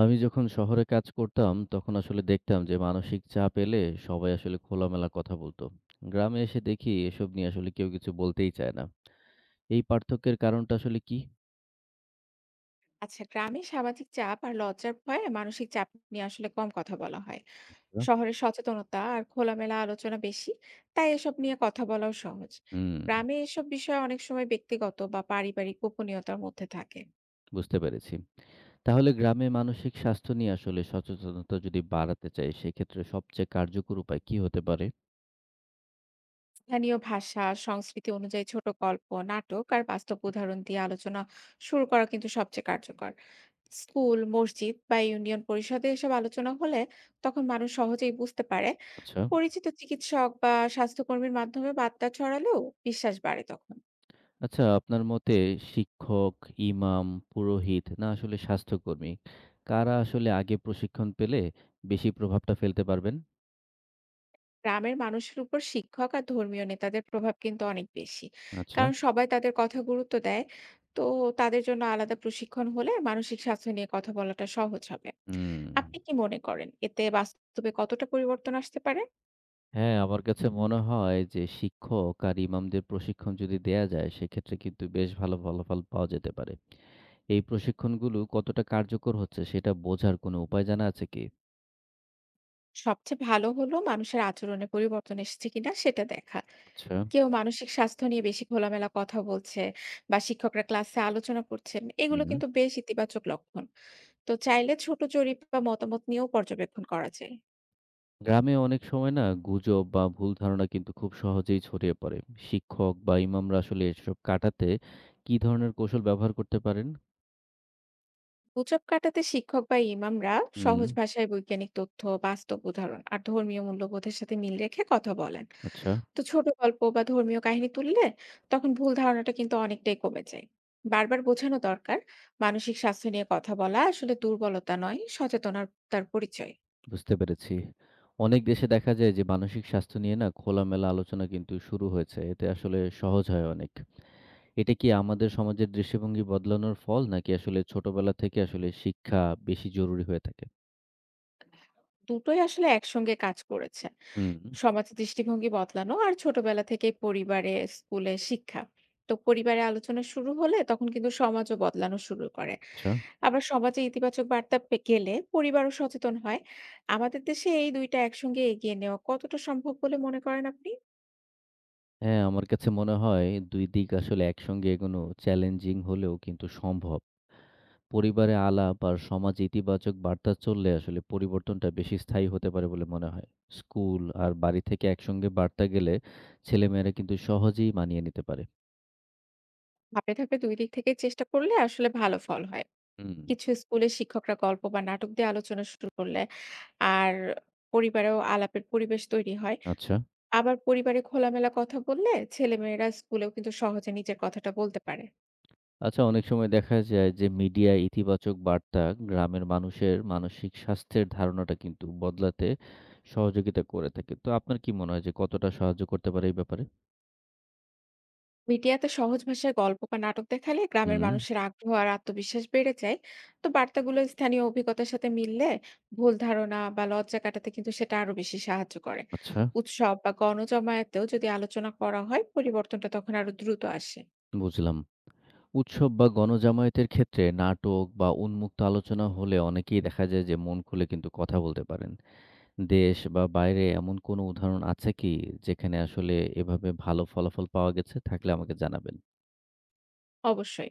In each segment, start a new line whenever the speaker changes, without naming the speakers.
আমি যখন শহরে কাজ করতাম তখন আসলে দেখতাম যে মানসিক চাপ এলে সবাই আসলে খোলামেলা কথা বলতো। গ্রামে এসে দেখি এসব নিয়ে আসলে কেউ কিছু বলতেই চায় না। এই পার্থক্যের কারণটা আসলে কি?
আচ্ছা, গ্রামে সামাজিক চাপ আর লজ্জার ভয়ে মানসিক চাপ নিয়ে আসলে কম কথা বলা হয়।
হ্যাঁ।
শহরে সচেতনতা আর খোলামেলা আলোচনা বেশি, তাই এসব নিয়ে কথা বলাও সহজ।
হুম।
গ্রামে এসব বিষয় অনেক সময় ব্যক্তিগত বা পারিবারিক গোপনীয়তার মধ্যে থাকে।
বুঝতে পেরেছি। তাহলে গ্রামে মানসিক স্বাস্থ্য নিয়ে আসলে সচেতনতা যদি বাড়াতে চাই সেক্ষেত্রে সবচেয়ে কার্যকর উপায় কি হতে পারে?
স্থানীয় ভাষা সংস্কৃতি অনুযায়ী ছোট গল্প নাটক আর বাস্তব উদাহরণ দিয়ে আলোচনা শুরু করা কিন্তু সবচেয়ে কার্যকর। স্কুল মসজিদ বা ইউনিয়ন পরিষদে এসব আলোচনা হলে তখন মানুষ সহজেই বুঝতে পারে।
আচ্ছা।
পরিচিত চিকিৎসক বা স্বাস্থ্যকর্মীর মাধ্যমে বার্তা ছড়ালেও বিশ্বাস বাড়ে তখন।
আচ্ছা, আপনার মতে শিক্ষক, ইমাম, পুরোহিত না আসলে স্বাস্থ্যকর্মী, কারা আসলে আগে প্রশিক্ষণ পেলে বেশি প্রভাবটা ফেলতে পারবেন?
গ্রামের মানুষের উপর শিক্ষক আর ধর্মীয় নেতাদের প্রভাব কিন্তু অনেক বেশি,
আচ্ছা।
কারণ সবাই তাদের কথা গুরুত্ব দেয়। তো তাদের জন্য আলাদা প্রশিক্ষণ হলে মানসিক স্বাস্থ্য নিয়ে কথা বলাটা সহজ হবে।
হুম।
আপনি কি মনে করেন এতে বাস্তবে কতটা পরিবর্তন আসতে পারে?
হ্যাঁ, আমার কাছে মনে হয় যে শিক্ষক আর ইমামদের প্রশিক্ষণ যদি দেয়া যায় সেক্ষেত্রে কিন্তু বেশ ভালো ফলাফল পাওয়া যেতে পারে। এই প্রশিক্ষণগুলো কতটা কার্যকর হচ্ছে সেটা বোঝার কোনো উপায় জানা আছে কি?
সবচেয়ে ভালো হলো মানুষের আচরণে পরিবর্তন এসেছে কিনা সেটা দেখা।
আচ্ছা।
কেউ মানসিক স্বাস্থ্য নিয়ে বেশি খোলামেলা কথা বলছে বা শিক্ষকরা ক্লাসে আলোচনা করছেন, এগুলো
হুম।
কিন্তু বেশ ইতিবাচক লক্ষণ। তো চাইলে ছোট জরিপ বা মতামত নিয়েও পর্যবেক্ষণ করা যায়।
গ্রামে অনেক সময় না গুজব বা ভুল ধারণা কিন্তু খুব সহজেই ছড়িয়ে পড়ে। শিক্ষক বা ইমামরা আসলে এসব কাটাতে কি ধরনের কৌশল ব্যবহার করতে পারেন?
গুজব কাটাতে শিক্ষক বা ইমামরা
হুম।
সহজ ভাষায় বৈজ্ঞানিক তথ্য, বাস্তব উদাহরণ আর ধর্মীয় মূল্যবোধের সাথে মিল রেখে কথা বলেন।
আচ্ছা।
তো ছোট গল্প বা ধর্মীয় কাহিনী তুললে তখন ভুল ধারণাটা কিন্তু অনেকটাই কমে যায়। বারবার বোঝানো দরকার, মানসিক স্বাস্থ্য নিয়ে কথা বলা আসলে দুর্বলতা নয়, সচেতনতার পরিচয়।
বুঝতে পেরেছি। অনেক দেশে দেখা যায় যে মানসিক স্বাস্থ্য নিয়ে না খোলামেলা আলোচনা কিন্তু শুরু হয়েছে। এতে আসলে সহজ হয় অনেক। এটা কি আমাদের সমাজের দৃষ্টিভঙ্গি বদলানোর ফল নাকি আসলে ছোটবেলা থেকে আসলে শিক্ষা বেশি জরুরি হয়ে থাকে?
দুটোই আসলে একসঙ্গে কাজ করেছে।
হুম,
সমাজ দৃষ্টিভঙ্গি বদলানো আর ছোটবেলা থেকেই পরিবারে, স্কুলে শিক্ষা। তো পরিবারে আলোচনা শুরু হলে তখন কিন্তু সমাজও বদলানো শুরু করে।
আচ্ছা।
আবার সমাজে ইতিবাচক বার্তা পে গেলে পরিবারও সচেতন হয়। আমাদের দেশে এই ২ টা একসঙ্গে এগিয়ে নেওয়া কতটা সম্ভব বলে মনে করেন আপনি?
হ্যাঁ, আমার কাছে মনে হয় ২ দিক আসলে একসঙ্গে এগোনো চ্যালেঞ্জিং হলেও কিন্তু সম্ভব। পরিবারে আলাপ আর সমাজে ইতিবাচক বার্তা চললে আসলে পরিবর্তনটা বেশি স্থায়ী হতে পারে বলে মনে হয়। স্কুল আর বাড়ি থেকে একসঙ্গে বার্তা গেলে ছেলেমেয়েরা কিন্তু সহজেই মানিয়ে নিতে পারে।
ধাপে, ধাপে ২ দিক থেকে চেষ্টা করলে আসলে ভালো ফল হয়।
হুম।
কিছু স্কুলে শিক্ষকরা গল্প বা নাটক দিয়ে আলোচনা শুরু করলে আর পরিবারেও আলাপের পরিবেশ তৈরি হয়।
আচ্ছা।
আবার পরিবারে খোলামেলা কথা বললে ছেলেমেয়েরা স্কুলেও কিন্তু সহজে নিজের কথাটা বলতে পারে।
আচ্ছা, অনেক সময় দেখা যায় যে মিডিয়ায় ইতিবাচক বার্তা গ্রামের মানুষের মানসিক স্বাস্থ্যের ধারণাটা কিন্তু বদলাতে সহযোগিতা করে থাকে। তো আপনার কি মনে হয় যে কতটা সাহায্য করতে পারে এই ব্যাপারে?
মিডিয়াতে সহজ ভাষায় গল্প বা নাটক দেখালে গ্রামের
হুম।
মানুষের আগ্রহ আর আত্মবিশ্বাস বেড়ে যায়। তো বার্তাগুলো স্থানীয় অভিজ্ঞতার সাথে মিললে ভুল ধারণা বা লজ্জা কাটাতে কিন্তু সেটা আরো বেশি সাহায্য করে।
আচ্ছা,
উৎসব বা গণজমায়েতেও যদি আলোচনা করা হয় পরিবর্তনটা তখন আরো দ্রুত আসে।
বুঝলাম। উৎসব বা গণজামায়াতের ক্ষেত্রে নাটক বা উন্মুক্ত আলোচনা হলে অনেকেই দেখা যায় যে মন খুলে কিন্তু কথা বলতে পারেন। দেশ বা বাইরে এমন কোনো উদাহরণ আছে কি যেখানে আসলে এভাবে ভালো ফলাফল পাওয়া গেছে? থাকলে আমাকে জানাবেন।
অবশ্যই,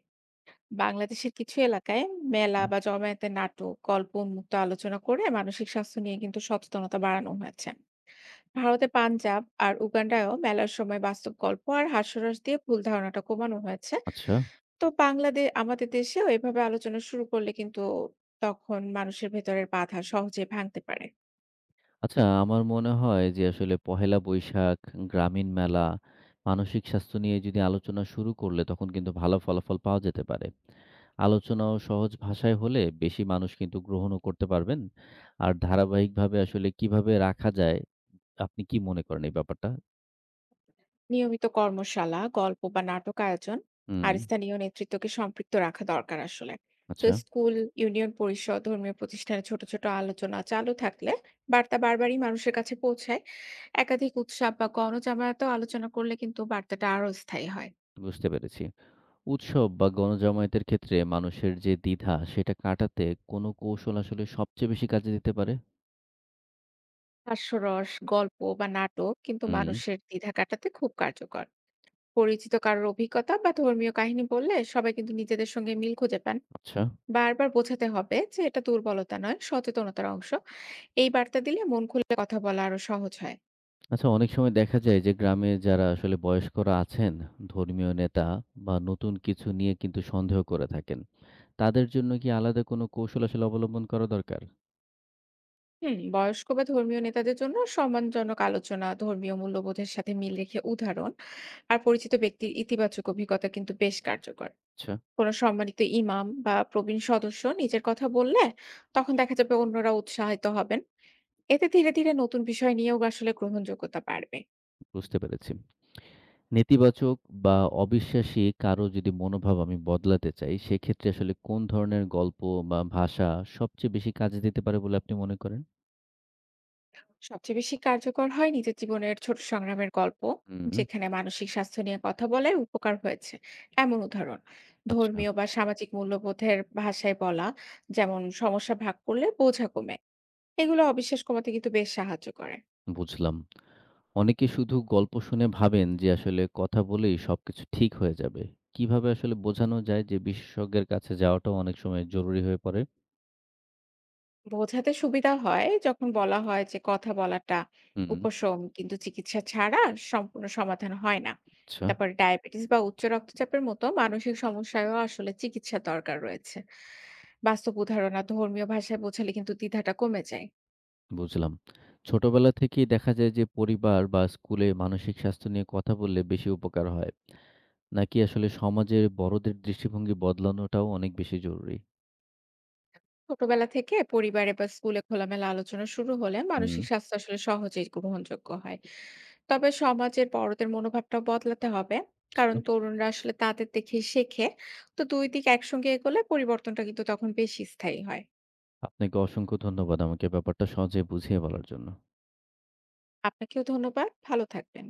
বাংলাদেশের কিছু এলাকায়
হুম,
মেলা
হুম।
বা জমায়েতে নাটক গল্প উন্মুক্ত আলোচনা করে মানসিক স্বাস্থ্য নিয়ে কিন্তু সচেতনতা বাড়ানো হয়েছে। ভারতে পাঞ্জাব আর উগান্ডায়ও মেলার সময় বাস্তব গল্প আর হাস্যরস দিয়ে ভুল ধারণাটা কমানো হয়েছে।
আচ্ছা।
তো বাংলাদেশ আমাদের দেশেও এভাবে আলোচনা শুরু করলে কিন্তু তখন মানুষের ভেতরের বাধা সহজে ভাঙতে পারে।
আচ্ছা, আমার মনে হয় যে আসলে পহেলা বৈশাখ, গ্রামীণ মেলা, মানসিক স্বাস্থ্য নিয়ে যদি আলোচনা শুরু করলে তখন কিন্তু ভালো ফলাফল পাওয়া যেতে পারে। আলোচনাও সহজ ভাষায় হলে বেশি মানুষ কিন্তু গ্রহণও করতে পারবেন। আর ধারাবাহিকভাবে আসলে কিভাবে রাখা যায়, আপনি কি মনে করেন এই ব্যাপারটা?
নিয়মিত কর্মশালা গল্প বা নাটক আয়োজন
হুম,
আর স্থানীয় নেতৃত্বকে সম্পৃক্ত রাখা দরকার আসলে। তো
আচ্ছা,
স্কুল ইউনিয়ন পরিষদ ধর্মীয় প্রতিষ্ঠানে ছোট ছোট আলোচনা চালু থাকলে বার্তা বারবারই মানুষের কাছে পৌঁছায়। একাধিক উৎসব বা গণজামায়াতেও আলোচনা করলে কিন্তু বার্তাটা আরো স্থায়ী হয়।
বুঝতে পেরেছি। উৎসব বা গণজামায়াতের ক্ষেত্রে মানুষের যে দ্বিধা, সেটা কাটাতে কোন কৌশল আসলে সবচেয়ে বেশি কাজে দিতে পারে?
হাস্যরস, গল্প বা নাটক কিন্তু
হুম,
মানুষের দ্বিধা কাটাতে খুব কার্যকর। পরিচিত কারোর অভিজ্ঞতা বা ধর্মীয় কাহিনী বললে সবাই কিন্তু নিজেদের সঙ্গে মিল খুঁজে পান।
আচ্ছা।
বারবার বোঝাতে হবে যে এটা দুর্বলতা নয়, সচেতনতার অংশ। এই বার্তা দিলে মন খুলে কথা বলা আরো সহজ হয়।
আচ্ছা, অনেক সময় দেখা যায় যে গ্রামে যারা আসলে বয়স্করা আছেন, ধর্মীয় নেতা বা নতুন কিছু নিয়ে কিন্তু সন্দেহ করে থাকেন, তাদের জন্য কি আলাদা কোনো কৌশল আসলে অবলম্বন করা দরকার?
হুম, বয়স্ক বা ধর্মীয় নেতাদের জন্য সম্মানজনক আলোচনা, ধর্মীয় মূল্যবোধের সাথে মিল রেখে উদাহরণ আর পরিচিত ব্যক্তির ইতিবাচক অভিজ্ঞতা কিন্তু বেশ কার্যকর।
আচ্ছা।
কোনো সম্মানিত ইমাম বা প্রবীণ সদস্য নিজের কথা বললে তখন দেখা যাবে অন্যরা উৎসাহিত হবেন। এতে ধীরে ধীরে নতুন বিষয় নিয়েও আসলে গ্রহণযোগ্যতা বাড়বে।
বুঝতে পেরেছি। নেতিবাচক বা অবিশ্বাসী কারো যদি মনোভাব আমি বদলাতে চাই সেক্ষেত্রে আসলে কোন ধরনের গল্প বা ভাষা সবচেয়ে বেশি কাজে দিতে পারে বলে আপনি মনে করেন?
সবচেয়ে বেশি কার্যকর হয় নিজের জীবনের ছোট সংগ্রামের গল্প,
হুম।
যেখানে মানসিক স্বাস্থ্য নিয়ে কথা বলে উপকার হয়েছে এমন উদাহরণ।
আচ্ছা।
ধর্মীয় বা সামাজিক মূল্যবোধের ভাষায় বলা, যেমন সমস্যা ভাগ করলে বোঝা কমে, এগুলো অবিশ্বাস কমাতে কিন্তু বেশ সাহায্য করে।
বুঝলাম। অনেকে শুধু গল্প শুনে ভাবেন যে আসলে কথা বলেই সবকিছু ঠিক হয়ে যাবে। কিভাবে আসলে বোঝানো যায় যে বিশেষজ্ঞের কাছে যাওয়াটাও অনেক সময় জরুরি হয়ে পড়ে?
বোঝাতে সুবিধা হয় যখন বলা হয় যে কথা বলাটা
হুম,
উপশম, কিন্তু চিকিৎসা ছাড়া সম্পূর্ণ সমাধান হয় না।
আচ্ছা,
তারপর ডায়াবেটিস বা উচ্চ রক্তচাপের মতো মানসিক সমস্যায়ও আসলে চিকিৎসা দরকার রয়েছে। বাস্তব উদাহরণ আর ধর্মীয় ভাষায় বোঝালে কিন্তু দ্বিধাটা কমে যায়।
বুঝলাম। ছোটবেলা থেকেই দেখা যায় যে পরিবার বা স্কুলে মানসিক স্বাস্থ্য নিয়ে কথা বললে বেশি উপকার হয়। নাকি আসলে সমাজের বড়দের দৃষ্টিভঙ্গি বদলানোটাও অনেক বেশি জরুরি?
ছোটবেলা থেকে পরিবারে বা স্কুলে খোলামেলা আলোচনা শুরু হলে
হুম,
মানসিক স্বাস্থ্য আসলে সহজেই গ্রহণযোগ্য হয়। তবে সমাজের বড়দের মনোভাবটা বদলাতে হবে, কারণ
আচ্ছা।
তরুণরা আসলে তাদের দেখে শেখে। তো দুই দিক একসঙ্গে এগোলে পরিবর্তনটা কিন্তু তখন বেশি স্থায়ী হয়।
আপনাকে অসংখ্য ধন্যবাদ আমাকে ব্যাপারটা সহজে বুঝিয়ে বলার জন্য।
আপনাকেও ধন্যবাদ, ভালো থাকবেন।